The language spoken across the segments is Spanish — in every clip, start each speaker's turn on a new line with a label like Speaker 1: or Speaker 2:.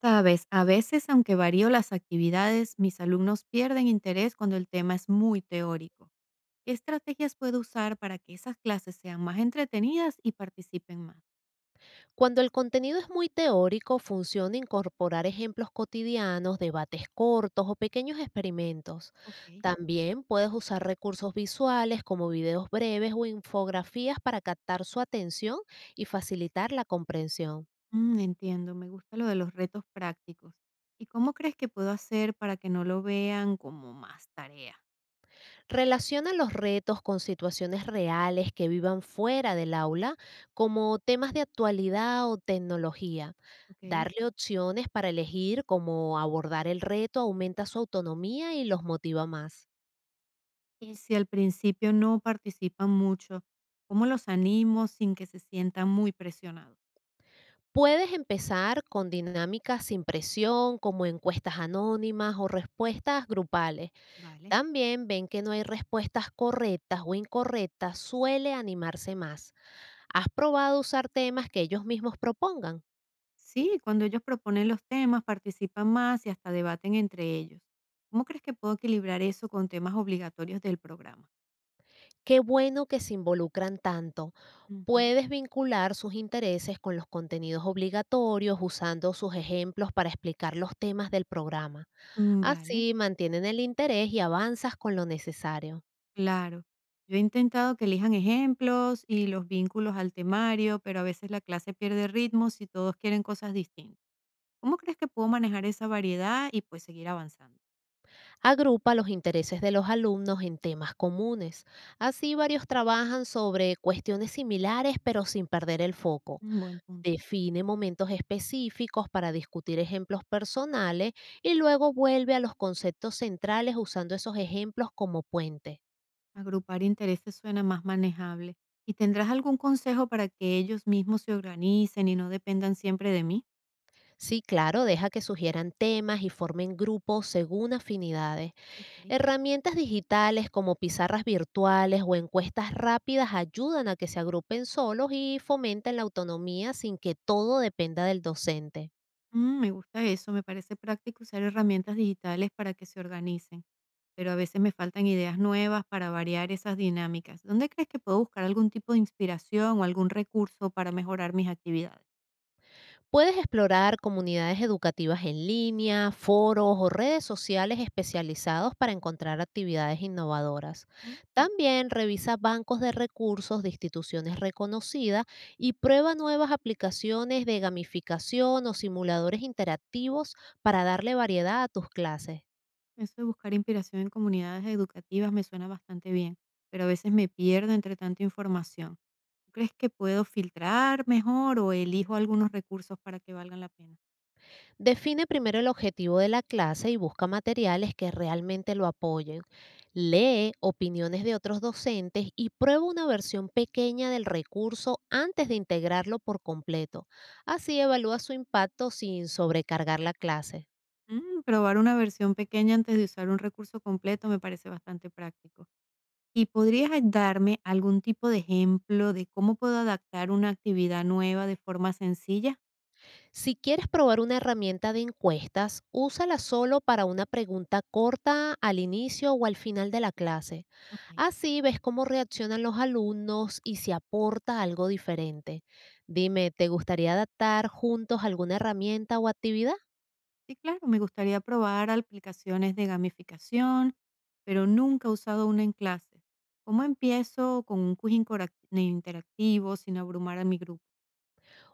Speaker 1: Sabes, a veces, aunque varío las actividades, mis alumnos pierden interés cuando el tema es muy teórico. ¿Qué estrategias puedo usar para que esas clases sean más entretenidas y participen más?
Speaker 2: Cuando el contenido es muy teórico, funciona incorporar ejemplos cotidianos, debates cortos o pequeños experimentos.
Speaker 1: Ok.
Speaker 2: También puedes usar recursos visuales como videos breves o infografías para captar su atención y facilitar la comprensión.
Speaker 1: Entiendo, me gusta lo de los retos prácticos. ¿Y cómo crees que puedo hacer para que no lo vean como más tarea?
Speaker 2: Relaciona los retos con situaciones reales que vivan fuera del aula, como temas de actualidad o tecnología.
Speaker 1: Ok.
Speaker 2: Darle opciones para elegir cómo abordar el reto aumenta su autonomía y los motiva más.
Speaker 1: Y si al principio no participan mucho, ¿cómo los animo sin que se sientan muy presionados?
Speaker 2: Puedes empezar con dinámicas sin presión, como encuestas anónimas o respuestas grupales.
Speaker 1: Vale.
Speaker 2: También ven que no hay respuestas correctas o incorrectas, suele animarse más. ¿Has probado usar temas que ellos mismos propongan?
Speaker 1: Sí, cuando ellos proponen los temas, participan más y hasta debaten entre ellos. ¿Cómo crees que puedo equilibrar eso con temas obligatorios del programa?
Speaker 2: Qué bueno que se involucran tanto.
Speaker 1: Ujú.
Speaker 2: Puedes vincular sus intereses con los contenidos obligatorios usando sus ejemplos para explicar los temas del programa.
Speaker 1: Vale,
Speaker 2: Así mantienen el interés y avanzas con lo necesario.
Speaker 1: claro. Yo he intentado que elijan ejemplos y los vínculos al temario, pero a veces la clase pierde ritmo si todos quieren cosas distintas. ¿Cómo crees que puedo manejar esa variedad y pues seguir avanzando?
Speaker 2: Agrupa los intereses de los alumnos en temas comunes. Así varios trabajan sobre cuestiones similares pero sin perder el foco.
Speaker 1: Un buen punto.
Speaker 2: Define momentos específicos para discutir ejemplos personales y luego vuelve a los conceptos centrales usando esos ejemplos como puente.
Speaker 1: Agrupar intereses suena más manejable. ¿Y tendrás algún consejo para que ellos mismos se organicen y no dependan siempre de mí?
Speaker 2: Sí, claro, deja que sugieran temas y formen grupos según afinidades.
Speaker 1: Ok.
Speaker 2: Herramientas digitales como pizarras virtuales o encuestas rápidas ayudan a que se agrupen solos y fomenten la autonomía sin que todo dependa del docente.
Speaker 1: Me gusta eso, me parece práctico usar herramientas digitales para que se organicen, pero a veces me faltan ideas nuevas para variar esas dinámicas. ¿Dónde crees que puedo buscar algún tipo de inspiración o algún recurso para mejorar mis actividades?
Speaker 2: Puedes explorar comunidades educativas en línea, foros o redes sociales especializados para encontrar actividades innovadoras.
Speaker 1: Mm,
Speaker 2: También revisa bancos de recursos de instituciones reconocidas y prueba nuevas aplicaciones de gamificación o simuladores interactivos para darle variedad a tus clases.
Speaker 1: Eso de buscar inspiración en comunidades educativas me suena bastante bien, pero a veces me pierdo entre tanta información. ¿Tú crees que puedo filtrar mejor o elijo algunos recursos para que valgan la pena?
Speaker 2: Define primero el objetivo de la clase y busca materiales que realmente lo apoyen. Lee opiniones de otros docentes y prueba una versión pequeña del recurso antes de integrarlo por completo. Así evalúa su impacto sin sobrecargar la clase.
Speaker 1: Probar una versión pequeña antes de usar un recurso completo me parece bastante práctico. ¿Y podrías darme algún tipo de ejemplo de cómo puedo adaptar una actividad nueva de forma sencilla?
Speaker 2: Si quieres probar una herramienta de encuestas, úsala solo para una pregunta corta al inicio o al final de la clase.
Speaker 1: Ok,
Speaker 2: Así ves cómo reaccionan los alumnos y si aporta algo diferente. Dime, ¿te gustaría adaptar juntos alguna herramienta o actividad?
Speaker 1: sí, claro, me gustaría probar aplicaciones de gamificación, pero nunca he usado una en clase. ¿Cómo empiezo con un quiz interactivo sin abrumar a mi grupo?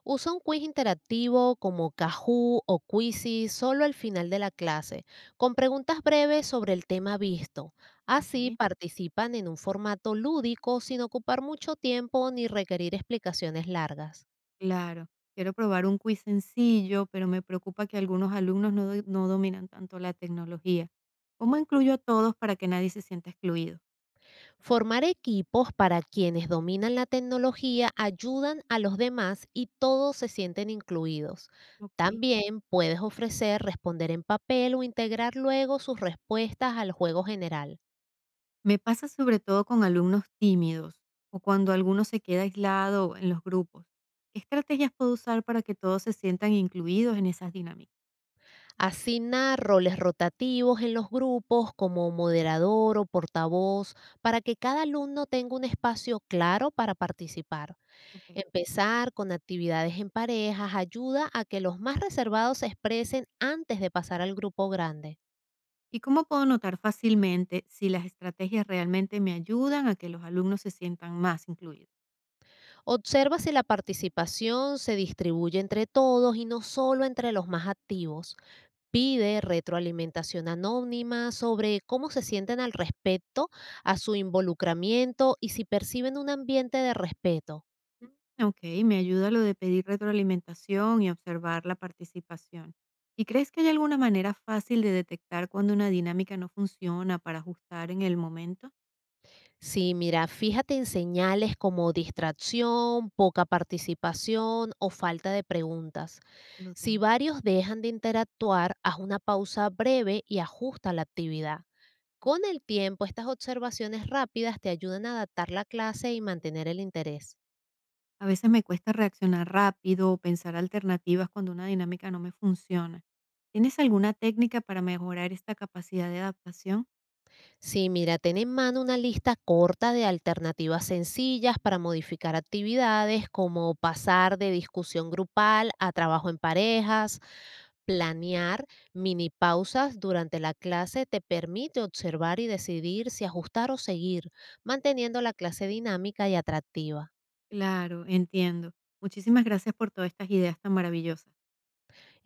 Speaker 2: Usa un quiz interactivo como Kahoot o Quizy solo al final de la clase, con preguntas breves sobre el tema visto. Así
Speaker 1: Ok.
Speaker 2: participan en un formato lúdico sin ocupar mucho tiempo ni requerir explicaciones largas.
Speaker 1: Claro, quiero probar un quiz sencillo, pero me preocupa que algunos alumnos no, no dominan tanto la tecnología. ¿Cómo incluyo a todos para que nadie se sienta excluido?
Speaker 2: Formar equipos para quienes dominan la tecnología ayudan a los demás y todos se sienten incluidos.
Speaker 1: Ok.
Speaker 2: También puedes ofrecer responder en papel o integrar luego sus respuestas al juego general.
Speaker 1: Me pasa sobre todo con alumnos tímidos o cuando alguno se queda aislado en los grupos. ¿Qué estrategias puedo usar para que todos se sientan incluidos en esas dinámicas?
Speaker 2: Asigna roles rotativos en los grupos como moderador o portavoz para que cada alumno tenga un espacio claro para participar.
Speaker 1: Ok.
Speaker 2: Empezar con actividades en parejas ayuda a que los más reservados se expresen antes de pasar al grupo grande.
Speaker 1: ¿Y cómo puedo notar fácilmente si las estrategias realmente me ayudan a que los alumnos se sientan más incluidos?
Speaker 2: Observa si la participación se distribuye entre todos y no solo entre los más activos. Pide retroalimentación anónima sobre cómo se sienten al respecto a su involucramiento y si perciben un ambiente de respeto.
Speaker 1: Ok, me ayuda lo de pedir retroalimentación y observar la participación. ¿Y crees que hay alguna manera fácil de detectar cuando una dinámica no funciona para ajustar en el momento?
Speaker 2: Sí, mira, fíjate en señales como distracción, poca participación o falta de preguntas.
Speaker 1: Lo
Speaker 2: Si
Speaker 1: tengo.
Speaker 2: varios dejan de interactuar, haz una pausa breve y ajusta la actividad. Con el tiempo, estas observaciones rápidas te ayudan a adaptar la clase y mantener el interés.
Speaker 1: A veces me cuesta reaccionar rápido o pensar alternativas cuando una dinámica no me funciona. ¿Tienes alguna técnica para mejorar esta capacidad de adaptación?
Speaker 2: Sí, mira, ten en mano una lista corta de alternativas sencillas para modificar actividades como pasar de discusión grupal a trabajo en parejas, planear mini pausas durante la clase te permite observar y decidir si ajustar o seguir, manteniendo la clase dinámica y atractiva.
Speaker 1: Claro, entiendo. Muchísimas gracias por todas estas ideas tan maravillosas.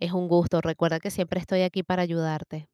Speaker 2: Es un gusto, recuerda que siempre estoy aquí para ayudarte.